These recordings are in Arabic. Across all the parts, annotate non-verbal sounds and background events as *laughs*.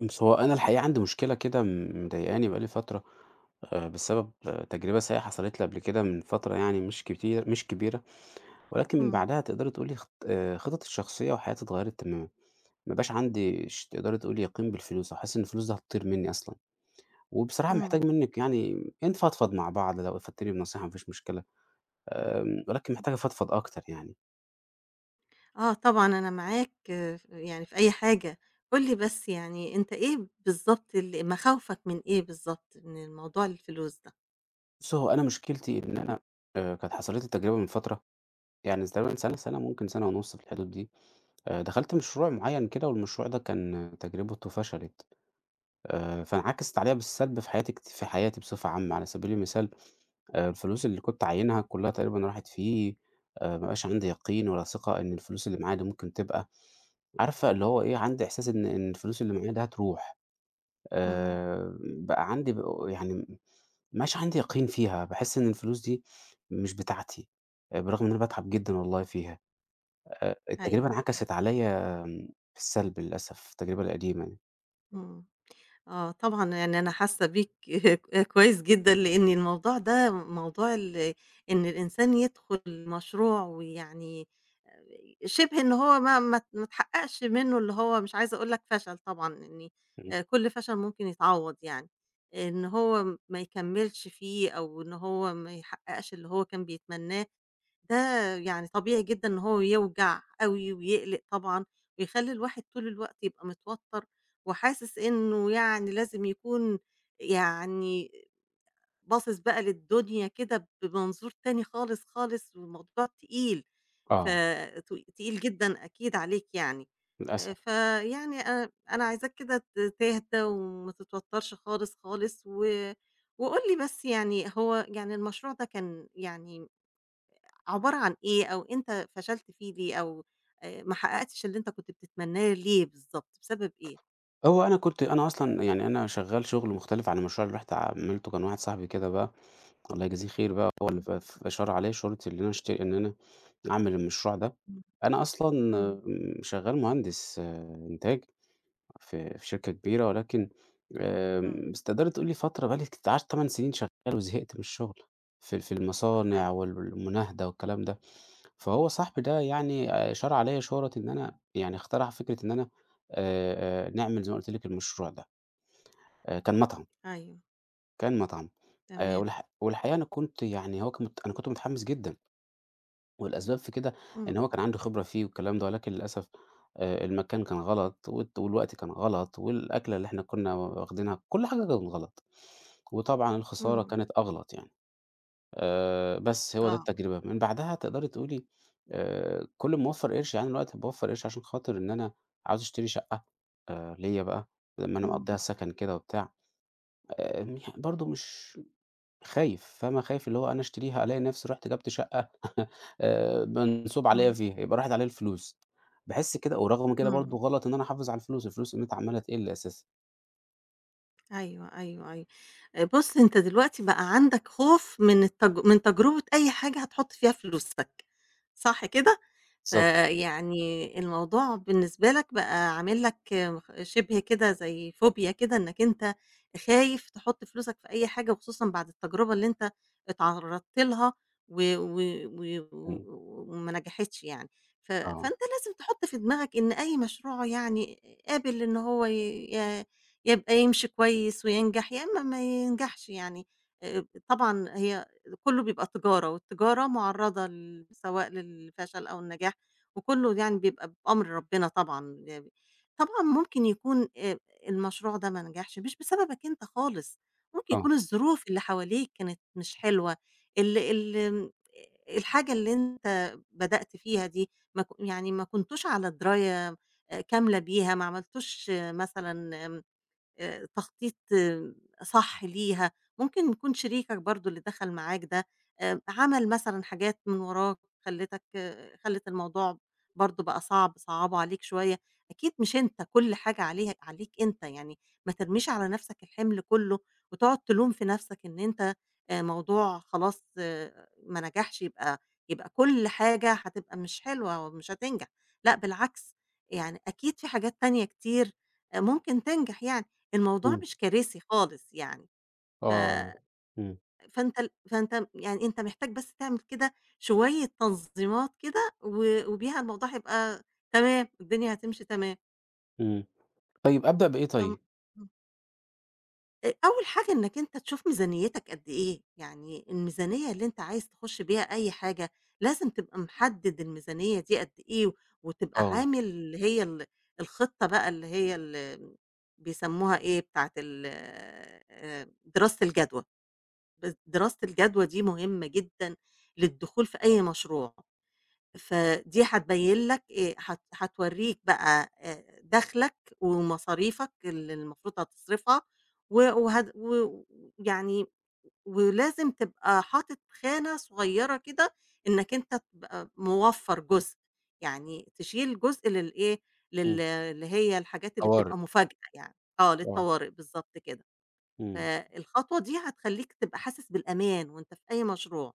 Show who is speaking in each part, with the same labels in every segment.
Speaker 1: بس هو أنا الحقيقة عندي مشكلة كده مضايقاني بقى لي فترة، بسبب تجربة سيئة حصلت لي قبل كده من فترة يعني مش كتير مش كبيرة، ولكن من
Speaker 2: إمم،
Speaker 1: بعدها تقدري تقولي خ خططي الشخصية وحياتي اتغيّرت تمامًا، ما بقاش عندي تقدري تقولي يقين بالفلوس، أو حاسس إن الفلوس دي هتطير مني أصلًا، وبصراحة
Speaker 2: إمم.
Speaker 1: محتاج منِّك يعني نفضفض مع بعض لو أفدتيني بنصيحة ما فيش مشكلة، ولكن محتاج أفضفض أكتر يعني.
Speaker 2: آه طبعًا أنا معاك يعني في أي حاجة. قُل لي بس يعني أنت إيه بالضبط مخاوفك من إيه بالضبط؟ من الموضوع الفلوس ده؟
Speaker 1: بُصّي هو أنا مشكلتي إن أنا كانت حصلت لي تجربة من فترة، يعني تقريبًا سنة، سنة ممكن سنة ونُص في الحدود دي. دخلت مشروع معيّن كده والمشروع ده كان تجربته فشلت، فانعكست عليَّ بالسلب في حياتي في حياتي بصفة عامة، على سبيل المثال الفلوس اللي كنت عاينها كلّها تقريبًا راحت فيه، ما بقاش عندي يقين ولا ثقة إن الفلوس اللي معايا دي ممكن تبقى عارفة اللي هو إيه، عندي إحساس إن الفلوس اللي معايا دي هتروح،
Speaker 2: إمم.
Speaker 1: بقى عندي يعني ما بقاش عندي يقين فيها، باحس إن الفلوس دي مش بتاعتي، برغم إن أنا باتعب جدًا والله فيها.
Speaker 2: أيوه،
Speaker 1: التجربة
Speaker 2: أيوه.
Speaker 1: انعكست عليَّ بالسلب للأسف، التجربة القديمة يعني،
Speaker 2: إمم. آه طبعًا، يعني أنا حاسة بيك *laughs* كويس جدًا، لإن الموضوع ده موضوع إن الإنسان يدخل مشروع ويعني آآ شِبه إن هو ما اتحققش منّه اللي هو مش عايزة أقول لك فشل طبعًا، إن
Speaker 1: إمم،
Speaker 2: كل فشل ممكن يتعوّض يعني، إن هو ما يكمّلش فيه أو إن هو ما يحققش اللي هو كان بيتمناه، ده يعني طبيعي جدًا إن هو يوجع أوي ويقلق طبعًا ويخلّي الواحد طول الوقت يبقى متوتر وحاسس إنه يعني لازم يكون يعني باصص بقى للدنيا كده بمنظور تاني خالص، خالص، والموضوع تقيل، ف
Speaker 1: آه.
Speaker 2: ت تقيل جدًا أكيد عليك يعني.
Speaker 1: للأسف.
Speaker 2: فيعني أنا عايزاك كده تهدى وما تتوترش خالص، خالص، وقُل لي بس يعني هو يعني المشروع ده كان يعني عبارة عن إيه، أو أنت فشلت فيه ليه، أو ما حققتش اللي أنت كنت بتتمناه ليه بالضبط، بسبب إيه؟
Speaker 1: هو أنا كنت أنا أصلًا يعني أنا شغّال شغل مختلف عن المشروع اللي رُحت عملته، كان واحد صاحبي كده بقى الله يجازيه خير بقى، هو اللي
Speaker 2: إمم،
Speaker 1: ف أشار عليَّ اللي أنا إن أنا أعمل المشروع ده. أنا أصلًا
Speaker 2: إمم.
Speaker 1: شغّال مهندس إنتاج. في شركة كبيرة ولكن
Speaker 2: إمم،
Speaker 1: بس تقدري تقولي فترة بقى لِك بتاع 8 سنين شغّالة وزهقت من الشغل في المصانع
Speaker 2: أيوه،
Speaker 1: والمناهدة والكلام ده، فهو صاحبي ده يعني شَرَع عليّا شورة إن أنا يعني اخترع فكرة إن أنا نعمل زي ما قُلت لِك المشروع ده، كان مطعم،
Speaker 2: أيوه،
Speaker 1: كان مطعم
Speaker 2: تمام،
Speaker 1: والحقيقة أنا كنت يعني هو كان مت أنا كنت متحمس جدًا. والأسباب في كده إن
Speaker 2: إمم،
Speaker 1: هو كان عنده خبرة فيه والكلام ده، ولكن للأسف المكان كان غلط والوقت كان غلط والأكلة اللي إحنا كنا واخدينها، كل حاجة كانت غلط. وطبعًا
Speaker 2: إمم،
Speaker 1: الخسارة
Speaker 2: إمم،
Speaker 1: كانت أغلط يعني. بس هو ده
Speaker 2: آه،
Speaker 1: التجربة. من بعدها تقدري تقولي كل ما أوفّر قرش يعني دلوقتي باوفّر قرش عشان خاطر إن أنا عاوز أشتري شقة ليّا بقى، لمّا أنا مقضّيها
Speaker 2: إمم،
Speaker 1: سَكَن كده وبتاع. برضه مش خايف، فاهمة، خايف اللي هو أنا أشتريها ألاقي نفسي رُحت جبت شقة *laughs* منسوب
Speaker 2: إمم،
Speaker 1: عليَّ فيها، يبقى راحت عليَّ الفلوس. باحس كده ورغم كده
Speaker 2: إمم.
Speaker 1: برضه غلط إن أنا أحافظ على الفلوس، الفلوس قيمتها عمّالة تقل أساسًا.
Speaker 2: أيوه، أيوه، أيوه. بُص، أنت دلوقتي بقى عندك خوف من التج من تجربة أي حاجة هتحُط فيها فلوسك، صح كده؟
Speaker 1: بالضبط،
Speaker 2: فيعني الموضوع بالنسبة لك بقى عامل لك شِبه كده زي فوبيا كده إنّك أنت خايف تحُط فلوسك في أي حاجة وخصوصًا بعد التجربة اللي أنت اتعرّضت لها و و و و
Speaker 1: إمم،
Speaker 2: وما نجحتش يعني. فأنت
Speaker 1: آه،
Speaker 2: لازم تحُط في دماغك إن أي مشروع يعني قابل إن هو ي ي يبقى يمشي كويس وينجح، يا إمّا ما ينجحش يعني، طبعًا هي كلّه بيبقى تجارة، والتجارة مُعرّضة سواء للفشل أو النجاح، وكلّه يعني بيبقى بأمر ربنا ب طبعًا ممكن يكون المشروع ده ما نجحش مش بسببك أنت خالص، ممكن
Speaker 1: آه،
Speaker 2: يكون الظروف اللي حواليك كانت مش حلوة، ال ال آمم الحاجة اللي أنت بدأت فيها دي ما ك يعني ما كنتوش على دراية كاملة بيها، ما عملتوش مثلًا تخطيط صح ليها، ممكن يكون شريكك برضه اللي دخل معاك ده عمل مثلًا حاجات من وراك خلّت الموضوع برضه بقى صعب، صعّبه عليك شوية، أكيد مش أنت كل حاجة عليك أنت، يعني ما ترميش على نفسك الحمل كلّه وتقعد تلوم في نفسك إن أنت موضوع خلاص ما نجحش يبقى كل حاجة هتبقى مش حلوة ومش هتنجح، لأ بالعكس، يعني أكيد في حاجات تانية كتير ممكن تنجح يعني. الموضوع
Speaker 1: إمم،
Speaker 2: مش كارثي خالص يعني، ف
Speaker 1: آه، إمم،
Speaker 2: فأنت ال فأنت يعني أنت محتاج بس تعمل كده شوية تنظيمات كده وبيها الموضوع هيبقى تمام، الدنيا هتمشي تمام.
Speaker 1: إمم. طيب أبدأ بإيه
Speaker 2: فم
Speaker 1: طيب؟
Speaker 2: إمم. أول حاجة إنّك أنت تشوف ميزانيتك قد إيه، يعني الميزانية اللي أنت عايز تخش بيها أي حاجة، لازم تبقى محدد الميزانية دي قد إيه، وتبقى
Speaker 1: آه،
Speaker 2: عامل اللي هي الخطة بقى اللي هي بيسموها إيه، بتاعة *laughs* دراسة الجدوى. دراسة الجدوى دي مهمة جدًا للدخول في أي مشروع، فدي هتبين لك هت هتورّيك بقى دخلك ومصاريفك اللي المفروض هتصرفها و وهد و ويعني ولازم تبقى حاطط خانة صغيرة كده إنك أنت تبقى موفّر جزء، يعني تشيل جزء للإيه،
Speaker 1: إمم،
Speaker 2: اللي هي الحاجات اللي
Speaker 1: طوارئ،
Speaker 2: بتبقى مفاجأة يعني، آه
Speaker 1: آه،
Speaker 2: للطوارئ بالضبط كده.
Speaker 1: إمم،
Speaker 2: فالخطوة دي هتخلّيك تبقى حاسس بالأمان وأنت في أي مشروع،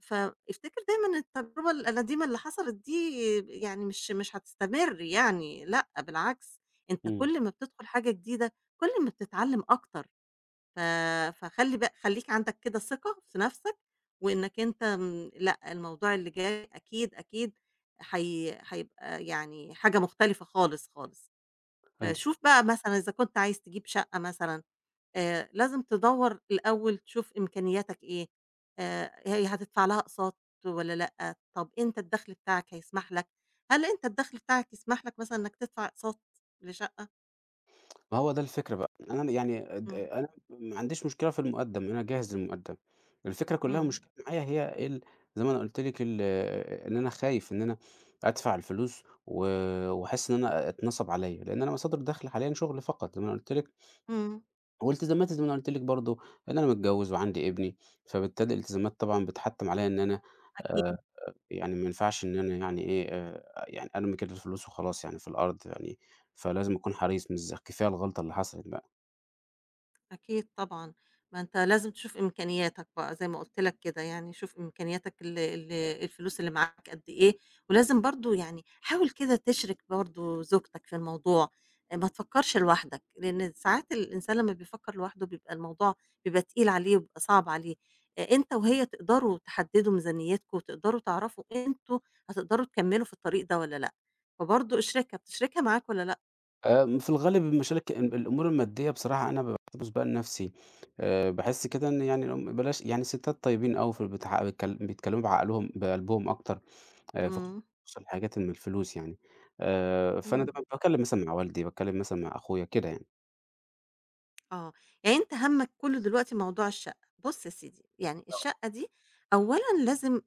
Speaker 2: فافتكر دايمًا التجربة النديمة اللي حصلت دي يعني مش هتستمر يعني، لأ بالعكس، أنت
Speaker 1: إمم.
Speaker 2: كل ما بتدخل حاجة جديدة كل ما بتتعلم أكتر، ف فخلّي بقى خلّيك عندك كده ثقة في نفسك، وإنك أنت لأ الموضوع اللي جاي أكيد، أكيد هيبقى يعني حاجة مختلفة خالص، خالص.
Speaker 1: إن
Speaker 2: فشوف بقى مثلًا إذا كنت عايز تجيب شقة مثلًا لازم تدوّر الأول تشوف إمكانياتك إيه، هي هتدفع لها أقساط والّا لأ، طَب أنت الدخل بتاعك هيسمح لك، هل أنت الدخل بتاعك يسمح لك مثلًا إنك تدفع أقساط لشقة؟
Speaker 1: ما هو ده الفكرة بقى، أنا يعني
Speaker 2: إمم،
Speaker 1: أنا ما عنديش مشكلة في المُقدّم، أنا جاهز للمُقدّم، الفكرة كلّها
Speaker 2: إمم،
Speaker 1: مشكلة معايا هي زي ما أنا قُلت لِك إن أنا خايف إن أنا أدفع الفلوس وأحس إن أنا اتنصب عليّا، لإن أنا مصادر دخلي حاليًا شُغل فقط زي ما أنا قُلت لِك،
Speaker 2: إمم.
Speaker 1: والتزاماتي زي ما أنا قُلت لِك برضه إن أنا متجوّز وعندي ابني، فبالتالي الالتزامات طبعًا بتحتّم عليّا إن أنا
Speaker 2: أكيد.
Speaker 1: آآ يعني ما ينفعش إن أنا يعني إيه، يعني أرمي كده الفلوس وخلاص يعني في الأرض يعني، فلازم أكون حريص مش كفاية الغلطة اللي حصلت بقى.
Speaker 2: أكيد طبعًا، ما أنت لازم تشوف إمكانياتك بقى زي ما قُلت لك كده، يعني شوف إمكانياتك ال ال الفلوس اللي معاك قد إيه، ولازم برضه يعني حاول كده تشرِك برضه زوجتك في الموضوع، آه، ما تفكّرش لوحدك، لإن ساعات الإنسان لمّا بيفكّر لوحده بيبقى الموضوع بيبقى تقيل عليه وبيبقى صعب عليه، أنت وهي تقدروا تحدّدوا ميزانيتكم وتقدروا تعرفوا أنتم هتقدروا تكمّلوا في الطريق ده والّا لأ، فبرضه اشرِكها، بتشرِكها معاك والّا لأ؟
Speaker 1: في الغالب المشاكل الأمور المادية بصراحة أنا باحتفظ بيها لنفسي، باحس كده إن يعني بلاش يعني الستات طيبين أوي في البتاع بيتكلموا بعقلهم بقلبهم أكتر في
Speaker 2: إمم،
Speaker 1: خصوص الحاجات من الفلوس يعني، فأنا
Speaker 2: إمم.
Speaker 1: دايمًا باتكلم مثلًا مع والدي، باتكلم مثلًا مع أخويا كده يعني.
Speaker 2: آه، يعني أنت همّك كلّه دلوقتي موضوع الشقة، بُص يا سيدي، يعني الشقة دي أولًا لازم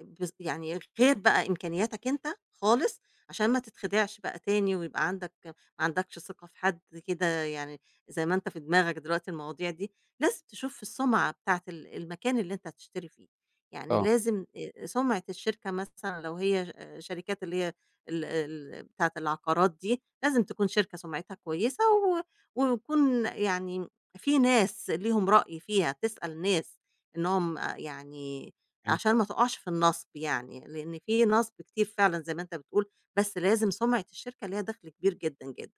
Speaker 2: يعني غير بقى إمكانياتك أنت خالص، عشان ما تتخدعش بقى تاني ويبقى ما عندكش ثقة في حد كده يعني زي ما أنت في دماغك دلوقتي المواضيع دي، لازم تشوف السُمعة بتاعة المكان اللي أنت هتشتري فيه، يعني
Speaker 1: آه،
Speaker 2: لازم سُمعة الشركة مثلًا لو هي شركات اللي هي ال ال بتاعة العقارات دي، لازم تكون شركة سُمعتها كويسة ويكون يعني في ناس ليهم رأي فيها، تسأل ناس إنهم يعني
Speaker 1: إمم،
Speaker 2: عشان ما تقعش في النصب يعني، لإن في نصب كتير فعلًا زي ما أنت بتقول، بس لازم سمعة الشركة ليها دخل كبير جدًا، جدًا.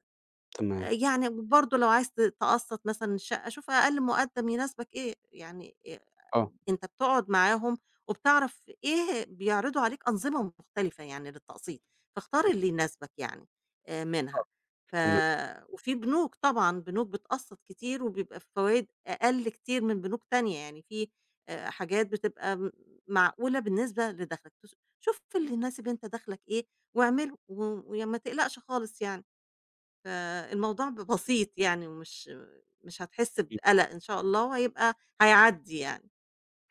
Speaker 1: تمام،
Speaker 2: يعني وبرضه لو عايز تقسّط مثلًا الشقة، شوف أقل مقدّم يناسبك إيه، يعني
Speaker 1: آه،
Speaker 2: أنت بتقعد معاهم وبتعرف إيه بيعرضوا عليك أنظمة مختلفة يعني للتقسيط، فاختار
Speaker 1: م،
Speaker 2: اللي يناسبك يعني منها.
Speaker 1: آه،
Speaker 2: ف
Speaker 1: تمام.
Speaker 2: وفي بنوك طبعًا، بنوك بتقسّط كتير وبيبقى فوايد أقل كتير من بنوك تانية، يعني في حاجات بتبقى معقولة بالنسبة لدخلك، شوف اللي يناسب أنت دخلك إيه واعمله ويا ما تقلقش خالص يعني. فالموضوع بسيط يعني ومش مش هتحس بقلق إن شاء الله وهيبقى هيعدّي يعني.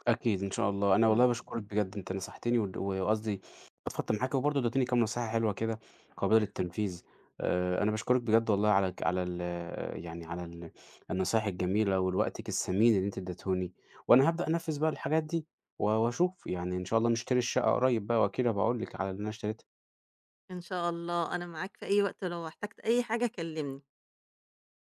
Speaker 1: أكيد إن شاء الله، أنا والله
Speaker 2: إمم.
Speaker 1: باشكرك بجد أنت نصحتني وقصدي فضفضت معاك وبرضه اديتني كام نصيحة حلوة كده قابلة للتنفيذ، أنا باشكرك بجد والله على على يعني على النصايح الجميلة ووقتِك الثمين اللي أنتِ اديتهوني، وأنا هابدأ أنفذ بقى الحاجات دي واشوف، يعني إن شاء الله نشتري الشقة قريب بقى وأكيد هابقى أقول لِك على اللي أنا اشتريتها.
Speaker 2: إن شاء الله، أنا معاك في أي وقت ولو احتجت أي حاجة كلّمني.